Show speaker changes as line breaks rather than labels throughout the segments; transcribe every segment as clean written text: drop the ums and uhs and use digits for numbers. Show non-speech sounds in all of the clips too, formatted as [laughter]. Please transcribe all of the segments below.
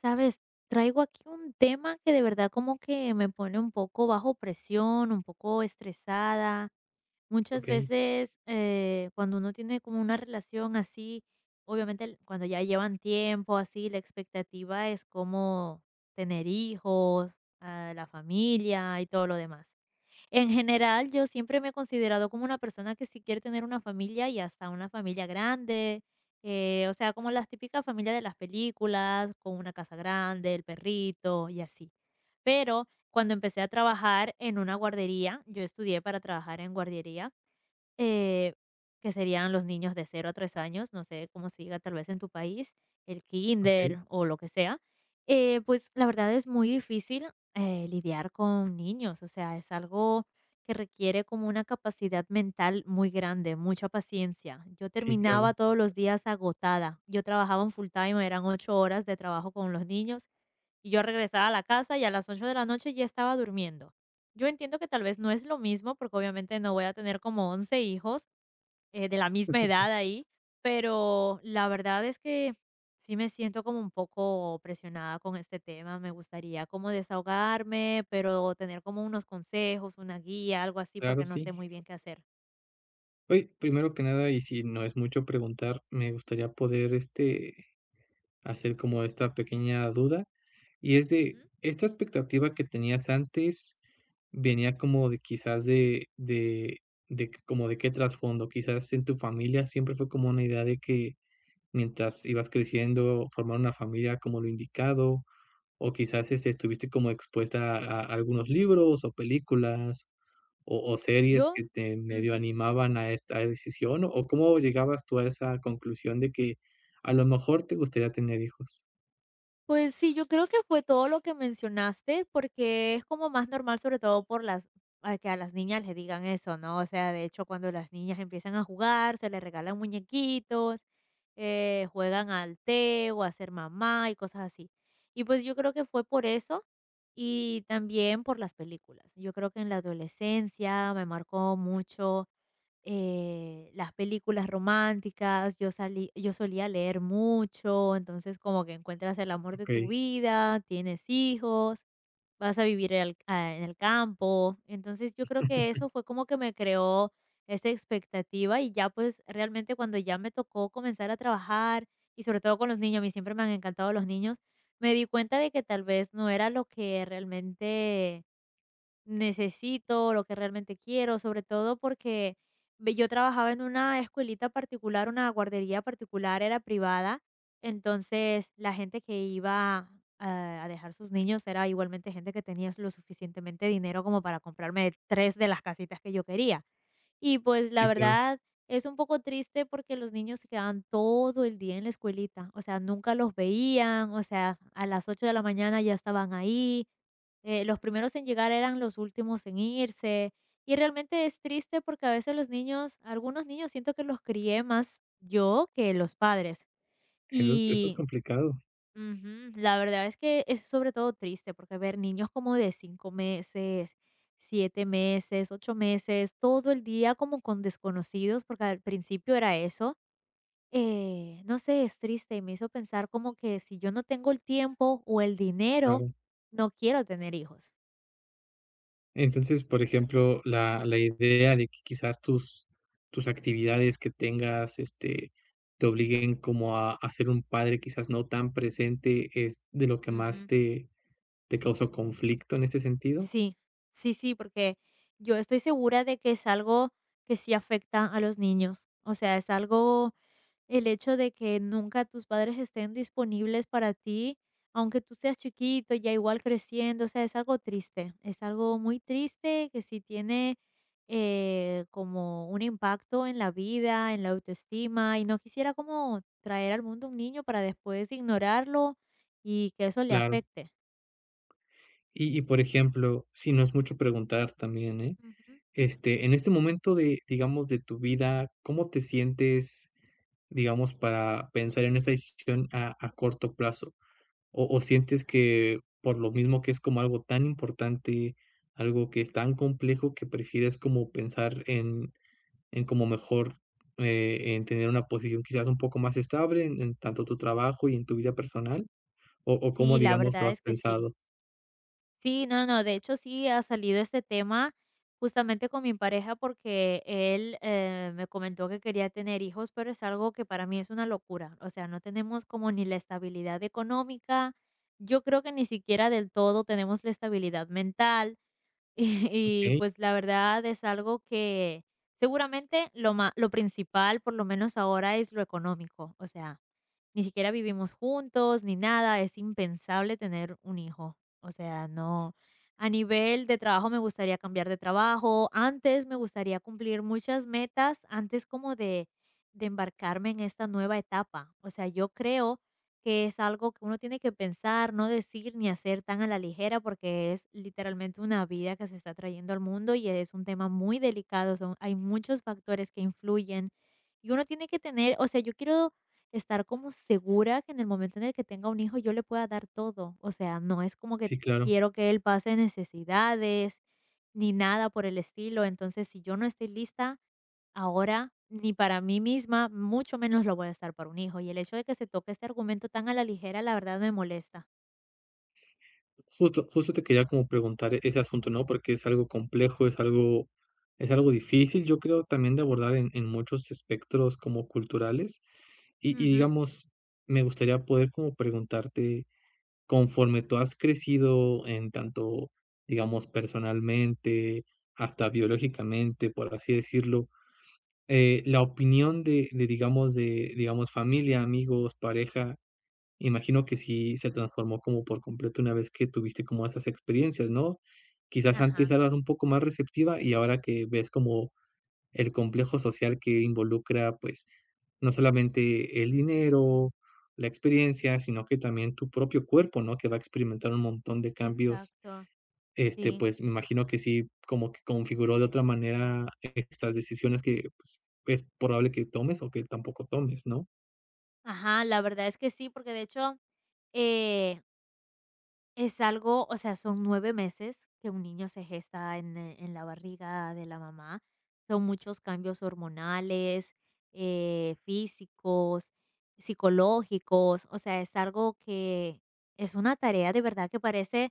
Sabes, traigo aquí un tema que de verdad como que me pone un poco bajo presión, un poco estresada. Muchas
Okey,
veces cuando uno tiene como una relación así, obviamente cuando ya llevan tiempo así, la expectativa es como tener hijos, ah, la familia y todo lo demás. En general, yo siempre me he considerado como una persona que sí quiere tener una familia y hasta una familia grande, o sea, como las típicas familias de las películas, con una casa grande, el perrito y así. Pero cuando empecé a trabajar en una guardería, yo estudié para trabajar en guardería, eh, que serían los niños de 0 a 3 años, no sé cómo se diga tal vez en tu país, el
okey.
kinder o lo que sea. Pues la verdad es muy difícil lidiar con niños, o sea, es algo que requiere como una capacidad mental muy grande, mucha paciencia. Yo
Sí, claro,
terminaba todos los días agotada, yo trabajaba en full time, eran 8 horas de trabajo con los niños y yo regresaba a la casa y a las 8 de la noche ya estaba durmiendo. Yo entiendo que tal vez no es lo mismo, porque obviamente no voy a tener como 11 hijos de la misma edad ahí, pero la verdad es que sí me siento como un poco presionada con este tema. Me gustaría como desahogarme, pero tener como unos consejos, una guía, algo así, porque
claro,
no
sí.
sé muy bien qué hacer.
Oye, primero que nada, y si no es mucho preguntar, me gustaría poder, hacer como esta pequeña duda. Y es de,
Ujú.
¿esta expectativa que tenías antes venía como de, quizás, como de qué trasfondo? ¿Quizás en tu familia siempre fue como una idea de que mientras ibas creciendo, formar una familia como lo indicado, o quizás, estuviste como expuesta a algunos libros o películas, o series
Yo,
que te medio
ujú.
animaban a esta decisión, o cómo llegabas tú a esa conclusión de que a lo mejor te gustaría tener hijos?
Pues sí, yo creo que fue todo lo que mencionaste, porque es como más normal, sobre todo por las a que a las niñas les digan eso, ¿no? O sea, de hecho, cuando las niñas empiezan a jugar, se les regalan muñequitos, juegan al té o a ser mamá y cosas así. Y pues yo creo que fue por eso y también por las películas. Yo creo que en la adolescencia me marcó mucho las películas románticas, yo solía leer mucho, entonces como que encuentras el amor de
Okey,
tu vida, tienes hijos, vas a vivir al a en el campo. Entonces, yo creo que eso fue como que me creó esa expectativa y ya, pues, realmente cuando ya me tocó comenzar a trabajar y sobre todo con los niños, a mí siempre me han encantado los niños, me di cuenta de que tal vez no era lo que realmente necesito, lo que realmente quiero, sobre todo porque yo trabajaba en una escuelita particular, una guardería particular, era privada, entonces la gente que iba a dejar sus niños era igualmente gente que tenía lo suficientemente dinero como para comprarme tres de las casitas que yo quería. Y pues la
sí, claro.
verdad es un poco triste porque los niños se quedaban todo el día en la escuelita, o sea, nunca los veían, o sea, a las 8 de la mañana ya estaban ahí, los primeros en llegar eran los últimos en irse. Y realmente es triste porque a veces los niños, algunos niños siento que los crié más yo que los padres.
Eso es
Y,
complicado,
ujú. La verdad es que es sobre todo triste porque ver niños como de 5 meses, 7 meses, 8 meses, todo el día como con desconocidos, porque al principio era eso, no sé, es triste y me hizo pensar como que si yo no tengo el tiempo o el dinero,
claro.
no quiero tener hijos.
Entonces, por ejemplo, la idea de que quizás tus actividades que tengas, te obliguen como a ser un padre quizás no tan presente, ¿es de lo que más
Ujú.
te causó conflicto en este sentido?
Sí, sí, sí, porque yo estoy segura de que es algo que sí afecta a los niños, o sea, es algo. El hecho de que nunca tus padres estén disponibles para ti, aunque tú seas chiquito, ya igual creciendo, o sea, es algo triste, es algo muy triste que sí tiene como un impacto en la vida, en la autoestima, y no quisiera como traer al mundo un niño para después ignorarlo y que eso le
Claro.
afecte.
Y, por ejemplo, si no es mucho preguntar también, ¿eh?
Ujú.
En este momento de, digamos, de tu vida, ¿cómo te sientes, digamos, para pensar en esta decisión a corto plazo? ¿O sientes que por lo mismo que es como algo tan importante, algo que es tan complejo, que prefieres como pensar en, como mejor, en tener una posición quizás un poco más estable en tanto tu trabajo y en tu vida personal? ¿O cómo,
Sí, la
digamos, lo
verdad
has
es que sí.
pensado?
Sí, no, no, de hecho sí ha salido este tema justamente con mi pareja porque él me comentó que quería tener hijos, pero es algo que para mí es una locura. O sea, no tenemos como ni la estabilidad económica, yo creo que ni siquiera del todo tenemos la estabilidad mental. [laughs] Y,
Ok,
pues, la verdad es algo que seguramente lo principal, por lo menos ahora, es lo económico. O sea, ni siquiera vivimos juntos ni nada, es impensable tener un hijo. O sea, no. A nivel de trabajo me gustaría cambiar de trabajo. Antes me gustaría cumplir muchas metas antes como de embarcarme en esta nueva etapa. O sea, yo creo que es algo que uno tiene que pensar, no decir ni hacer tan a la ligera, porque es literalmente una vida que se está trayendo al mundo y es un tema muy delicado, son, hay muchos factores que influyen y uno tiene que tener, o sea, yo quiero estar como segura que en el momento en el que tenga un hijo yo le pueda dar todo, o sea, no es como que
sí, claro.
quiero que él pase necesidades ni nada por el estilo, entonces si yo no estoy lista, ahora, ni para mí misma, mucho menos lo voy a estar para un hijo. Y el hecho de que se toque este argumento tan a la ligera, la verdad me molesta.
Justo te quería como preguntar ese asunto, ¿no? Porque es algo complejo, es algo difícil, yo creo, también de abordar en muchos espectros como culturales. Y
Ujú.
digamos, me gustaría poder como preguntarte, conforme tú has crecido en tanto, digamos, personalmente, hasta biológicamente, por así decirlo, la opinión de, digamos, familia, amigos, pareja, imagino que sí se transformó como por completo una vez que tuviste como esas experiencias, ¿no? Quizás antes
Ajá,
eras un poco más receptiva y ahora que ves como el complejo social que involucra, pues, no solamente el dinero, la experiencia, sino que también tu propio cuerpo, ¿no? Que va a experimentar un montón de cambios.
exacto. Sí.
Pues me imagino que sí, como que configuró de otra manera estas decisiones que, pues, es probable que tomes o que tampoco tomes, ¿no?
Ajá, la verdad es que sí, porque de hecho eh, es algo, o sea, son 9 meses que un niño se gesta en la barriga de la mamá. Son muchos cambios hormonales, físicos, psicológicos. O sea, es algo que es una tarea de verdad que parece.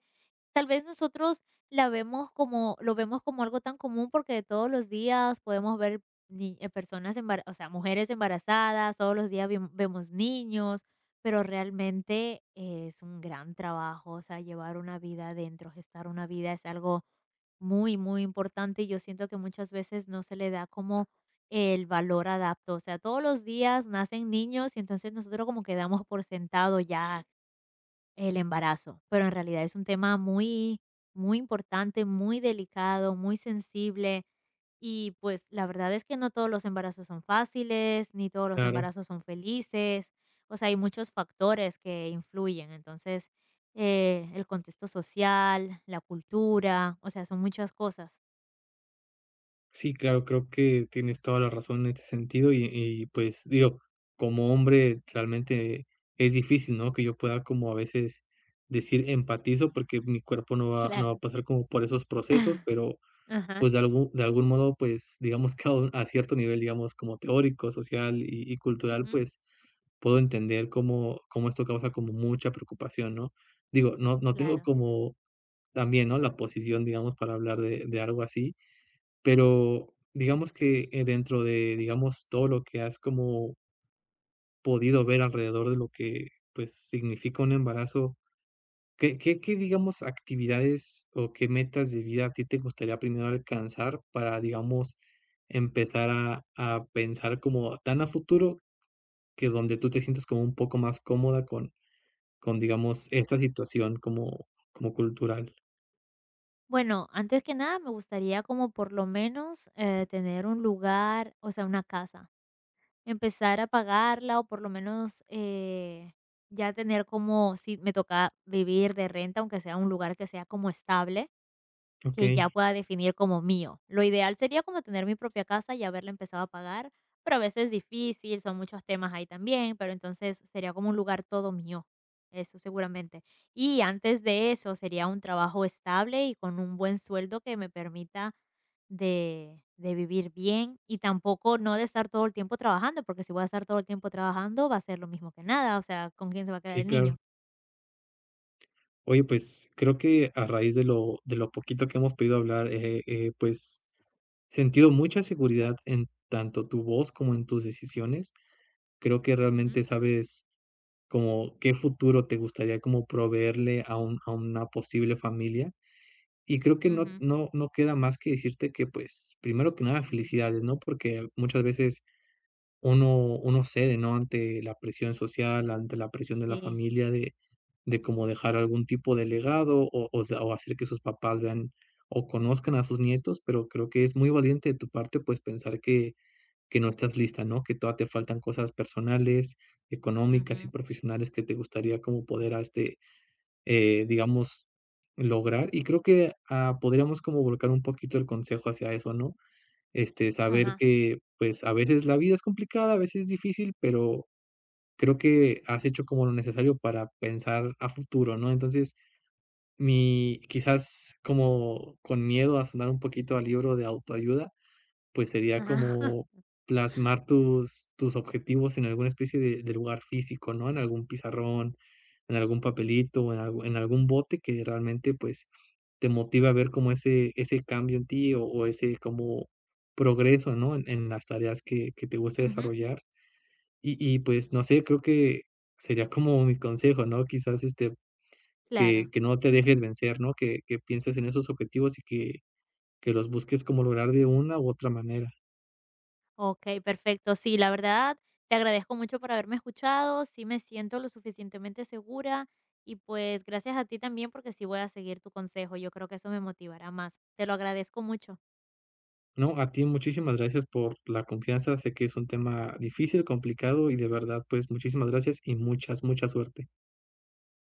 Tal vez nosotros la vemos como lo vemos como algo tan común porque todos los días podemos ver ni personas embara o sea, mujeres embarazadas, todos los días vemos niños, pero realmente es un gran trabajo, o sea, llevar una vida adentro, gestar una vida es algo muy, muy importante, y yo siento que muchas veces no se le da como el valor adapto, o sea, todos los días nacen niños y entonces nosotros como quedamos por sentado ya el embarazo, pero en realidad es un tema muy, muy importante, muy delicado, muy sensible y pues la verdad es que no todos los embarazos son fáciles, ni todos los
Claro.
embarazos son felices, o sea, hay muchos factores que influyen, entonces el contexto social, la cultura, o sea, son muchas cosas.
Sí, claro, creo que tienes toda la razón en ese sentido y, pues digo, como hombre realmente es difícil, ¿no? Que yo pueda como a veces decir empatizo porque mi cuerpo no va a
Claro.
pasar como por esos procesos,
[laughs]
pero
Ajá.
pues de algún modo, pues digamos que a cierto nivel, digamos como teórico, social y cultural,
Ujú.
pues puedo entender cómo esto causa como mucha preocupación, ¿no? Digo, no tengo
Claro.
como también, ¿no?, la posición, digamos, para hablar de algo así. Pero digamos que, dentro de, digamos, todo lo que has como podido ver alrededor de lo que, pues, significa un embarazo, ¿qué, digamos, actividades o qué metas de vida a ti te gustaría primero alcanzar para, digamos, empezar a pensar como tan a futuro, que donde tú te sientes como un poco más cómoda con, digamos, esta situación como cultural?
Bueno, antes que nada me gustaría como por lo menos tener un lugar, o sea, una casa, empezar a pagarla o por lo menos ya tener como, si me toca vivir de renta, aunque sea un lugar que sea como estable, que ya
Okey,
pueda definir como mío. Lo ideal sería como tener mi propia casa y haberla empezado a pagar, pero a veces es difícil, son muchos temas ahí también, pero entonces sería como un lugar todo mío, eso seguramente. Y antes de eso sería un trabajo estable y con un buen sueldo que me permita de vivir bien y tampoco no de estar todo el tiempo trabajando, porque si voy a estar todo el tiempo trabajando va a ser lo mismo que nada, o sea, ¿con quién se va a quedar
sí,
el
claro.
niño?
Oye, pues creo que a raíz de lo poquito que hemos podido hablar, pues, sentido mucha seguridad en tanto tu voz como en tus decisiones. Creo que
Ujú,
realmente sabes como qué futuro te gustaría como proveerle a un a una posible familia. Y creo que no
ujú.
no no queda más que decirte que, pues, primero que nada, felicidades, ¿no? Porque muchas veces uno cede, ¿no?, ante la presión social, ante la presión de la
Sí,
familia, de como dejar algún tipo de legado, o hacer que sus papás vean o conozcan a sus nietos. Pero creo que es muy valiente de tu parte, pues, pensar que, no estás lista, ¿no? Que todavía te faltan cosas personales, económicas y
ujú,
profesionales que te gustaría como poder, digamos, lograr. Y creo que, podríamos como volcar un poquito el consejo hacia eso, ¿no? Saber
ajá,
que, pues, a veces la vida es complicada, a veces es difícil, pero creo que has hecho como lo necesario para pensar a futuro, ¿no? Entonces, mi quizás como con miedo a sonar un poquito al libro de autoayuda, pues, sería
ajá,
como
[laughs]
plasmar tus objetivos en alguna especie de lugar físico, ¿no?, en algún pizarrón, en algún papelito, en algún bote que realmente, pues, te motiva a ver como ese cambio en ti, o ese como progreso, ¿no?, en las tareas que te gusta
ujú.
desarrollar. Y, pues, no sé, creo que sería como mi consejo, ¿no? Quizás,
Claro,
que no te dejes vencer, ¿no? Que pienses en esos objetivos y que los busques como lograr de una u otra manera,
okey, perfecto. Sí, la verdad, te agradezco mucho por haberme escuchado, sí me siento lo suficientemente segura y, pues, gracias a ti también, porque sí voy a seguir tu consejo, yo creo que eso me motivará más. Te lo agradezco mucho.
¿no? A ti muchísimas gracias por la confianza. Sé que es un tema difícil, complicado y, de verdad, pues, muchísimas gracias y mucha suerte.